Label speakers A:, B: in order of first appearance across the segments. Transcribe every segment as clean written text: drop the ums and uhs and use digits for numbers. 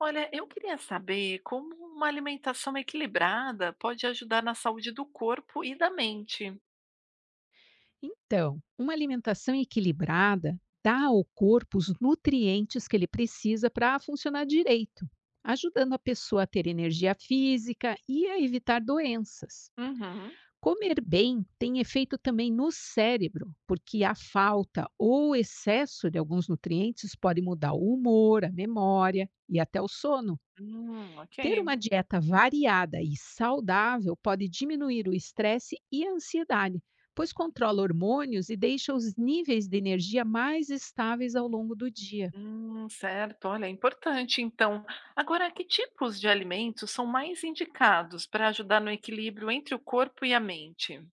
A: Olha, eu queria saber como uma alimentação equilibrada pode ajudar na saúde do corpo e da mente.
B: Então, uma alimentação equilibrada dá ao corpo os nutrientes que ele precisa para funcionar direito, ajudando a pessoa a ter energia física e a evitar doenças.
A: Uhum.
B: Comer bem tem efeito também no cérebro, porque a falta ou excesso de alguns nutrientes pode mudar o humor, a memória e até o sono.
A: Ok.
B: Ter uma dieta variada e saudável pode diminuir o estresse e a ansiedade, pois controla hormônios e deixa os níveis de energia mais estáveis ao longo do dia.
A: Certo. Olha, é importante. Então, agora, que tipos de alimentos são mais indicados para ajudar no equilíbrio entre o corpo e a mente?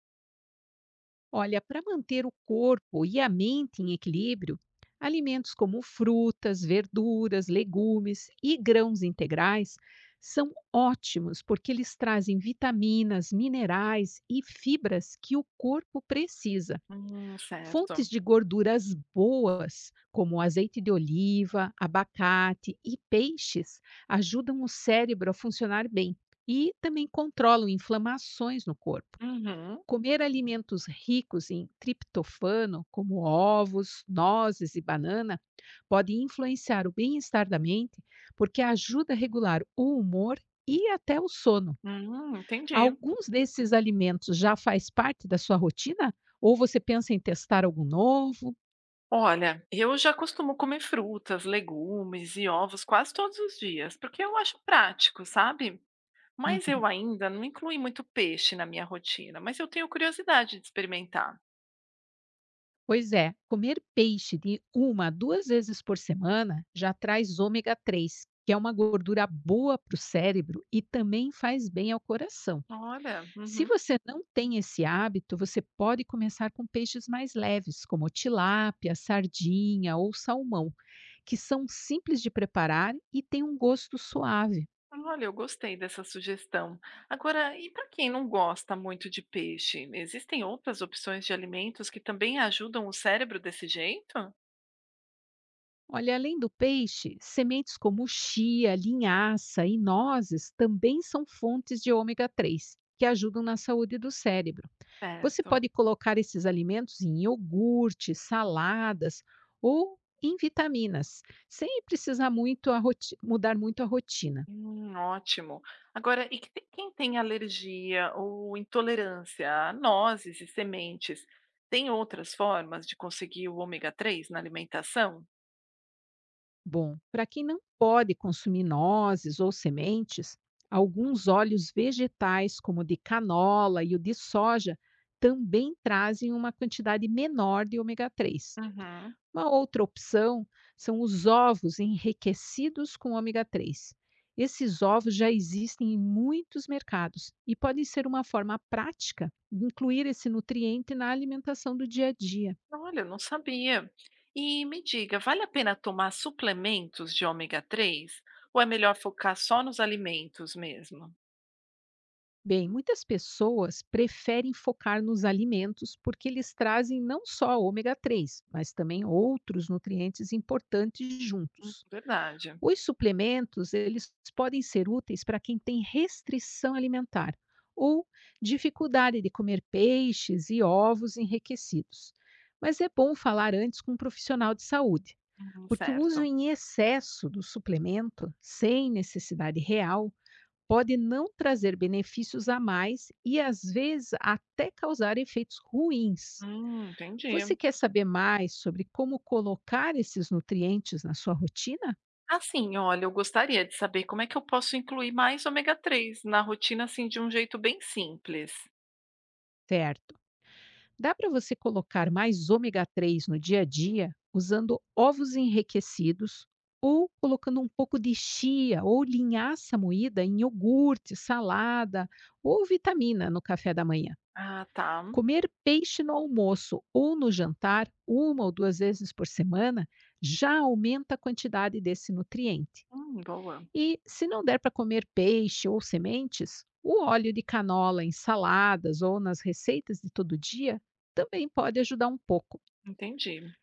B: Olha, para manter o corpo e a mente em equilíbrio, alimentos como frutas, verduras, legumes e grãos integrais são ótimos porque eles trazem vitaminas, minerais e fibras que o corpo precisa. Fontes
A: Certo.
B: de gorduras boas, como azeite de oliva, abacate e peixes, ajudam o cérebro a funcionar bem e também controlam inflamações no corpo.
A: Uhum.
B: Comer alimentos ricos em triptofano, como ovos, nozes e banana, pode influenciar o bem-estar da mente porque ajuda a regular o humor e até o sono.
A: Entendi.
B: Alguns desses alimentos já faz parte da sua rotina? Ou você pensa em testar algum novo?
A: Olha, eu já costumo comer frutas, legumes e ovos quase todos os dias, porque eu acho prático, sabe? Mas
B: Uhum.
A: eu ainda não incluí muito peixe na minha rotina, mas eu tenho curiosidade de experimentar.
B: Pois é, comer peixe de uma a duas vezes por semana já traz ômega 3 que é uma gordura boa para o cérebro e também faz bem ao coração.
A: Olha,
B: Se
A: uhum.
B: você não tem esse hábito, você pode começar com peixes mais leves, como tilápia, sardinha ou salmão, que são simples de preparar e têm um gosto suave.
A: Olha, eu gostei dessa sugestão. Agora, e para quem não gosta muito de peixe, existem outras opções de alimentos que também ajudam o cérebro desse jeito?
B: Olha, além do peixe, sementes como chia, linhaça e nozes também são fontes de ômega 3, que ajudam na saúde do cérebro. Você
A: Certo.
B: pode colocar esses alimentos em iogurte, saladas ou em vitaminas, sem precisar muito mudar muito a rotina.
A: Ótimo. Agora, quem tem alergia ou intolerância a nozes e sementes, tem outras formas de conseguir o ômega 3 na alimentação?
B: Bom, para quem não pode consumir nozes ou sementes, alguns óleos vegetais, como o de canola e o de soja, também trazem uma quantidade menor de ômega três.
A: Uhum.
B: Uma outra opção são os ovos enriquecidos com ômega 3. Esses ovos já existem em muitos mercados e podem ser uma forma prática de incluir esse nutriente na alimentação do dia a dia.
A: Olha, eu não sabia. E me diga, vale a pena tomar suplementos de ômega 3? Ou é melhor focar só nos alimentos mesmo?
B: Bem, muitas pessoas preferem focar nos alimentos porque eles trazem não só ômega 3, mas também outros nutrientes importantes juntos.
A: Verdade.
B: Os suplementos, eles podem ser úteis para quem tem restrição alimentar ou dificuldade de comer peixes e ovos enriquecidos. Mas é bom falar antes com um profissional de saúde, porque o uso
A: Certo.
B: em excesso do suplemento, sem necessidade real, pode não trazer benefícios a mais e, às vezes, até causar efeitos ruins.
A: Entendi.
B: Você quer saber mais sobre como colocar esses nutrientes na sua rotina?
A: Assim, olha, eu gostaria de saber como é que eu posso incluir mais ômega 3 na rotina, assim, de um jeito bem simples.
B: Certo. Dá para você colocar mais ômega 3 no dia a dia usando ovos enriquecidos ou colocando um pouco de chia ou linhaça moída em iogurte, salada ou vitamina no café da manhã.
A: Ah, tá.
B: Comer peixe no almoço ou no jantar, uma ou duas vezes por semana, já aumenta a quantidade desse nutriente.
A: Boa.
B: E se não der para comer peixe ou sementes, o óleo de canola em saladas ou nas receitas de todo dia também pode ajudar um pouco.
A: Entendi.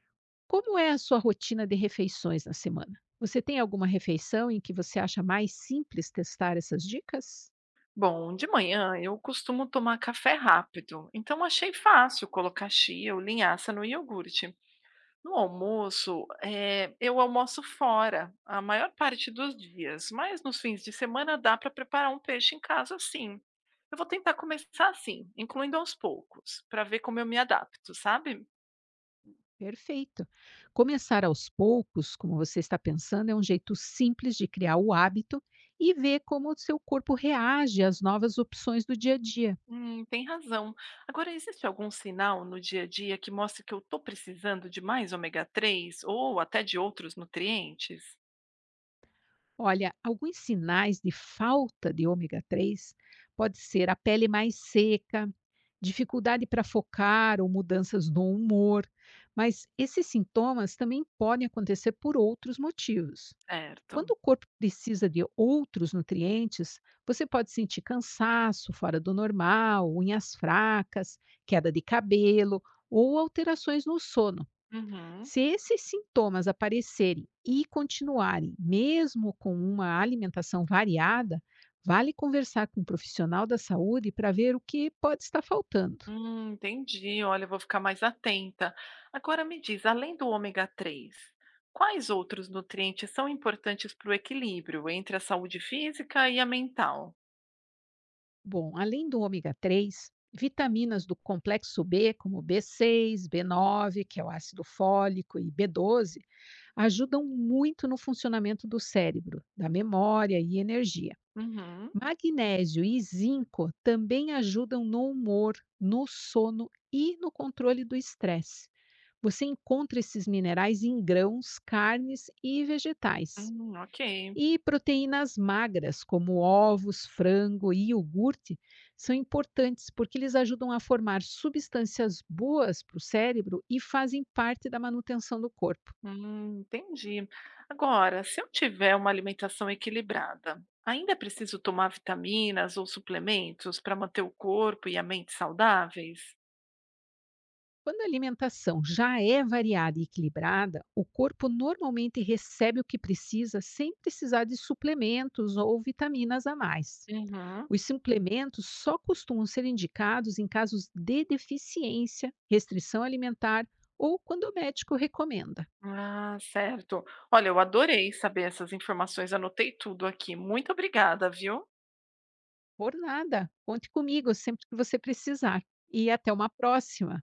B: Como é a sua rotina de refeições na semana? Você tem alguma refeição em que você acha mais simples testar essas dicas?
A: Bom, de manhã eu costumo tomar café rápido, então achei fácil colocar chia ou linhaça no iogurte. No almoço, eu almoço fora a maior parte dos dias, mas nos fins de semana dá para preparar um peixe em casa, sim. Eu vou tentar começar assim, incluindo aos poucos, para ver como eu me adapto, sabe?
B: Perfeito. Começar aos poucos, como você está pensando, é um jeito simples de criar o hábito e ver como o seu corpo reage às novas opções do dia a dia.
A: Tem razão. Agora, existe algum sinal no dia a dia que mostre que eu estou precisando de mais ômega 3 ou até de outros nutrientes?
B: Olha, alguns sinais de falta de ômega 3 pode ser a pele mais seca, dificuldade para focar ou mudanças no humor, mas esses sintomas também podem acontecer por outros motivos. Quando
A: Certo.
B: o corpo precisa de outros nutrientes, você pode sentir cansaço fora do normal, unhas fracas, queda de cabelo ou alterações no sono.
A: Uhum.
B: Se esses sintomas aparecerem e continuarem, mesmo com uma alimentação variada, vale conversar com um profissional da saúde para ver o que pode estar faltando.
A: Entendi. Olha, eu vou ficar mais atenta. Agora me diz, além do ômega 3, quais outros nutrientes são importantes para o equilíbrio entre a saúde física e a mental?
B: Bom, além do ômega 3, vitaminas do complexo B, como B6, B9, que é o ácido fólico, e B12, ajudam muito no funcionamento do cérebro, da memória e energia.
A: Uhum.
B: Magnésio e zinco também ajudam no humor, no sono e no controle do estresse. Você encontra esses minerais em grãos, carnes e vegetais.
A: Ok.
B: E proteínas magras, como ovos, frango e iogurte, são importantes porque eles ajudam a formar substâncias boas para o cérebro e fazem parte da manutenção do corpo.
A: Entendi. Agora, se eu tiver uma alimentação equilibrada, ainda preciso tomar vitaminas ou suplementos para manter o corpo e a mente saudáveis?
B: Quando a alimentação já é variada e equilibrada, o corpo normalmente recebe o que precisa sem precisar de suplementos ou vitaminas a mais.
A: Uhum.
B: Os suplementos só costumam ser indicados em casos de deficiência, restrição alimentar ou quando o médico recomenda.
A: Ah, certo. Olha, eu adorei saber essas informações, anotei tudo aqui. Muito obrigada, viu?
B: Por nada, conte comigo sempre que você precisar. E até uma próxima!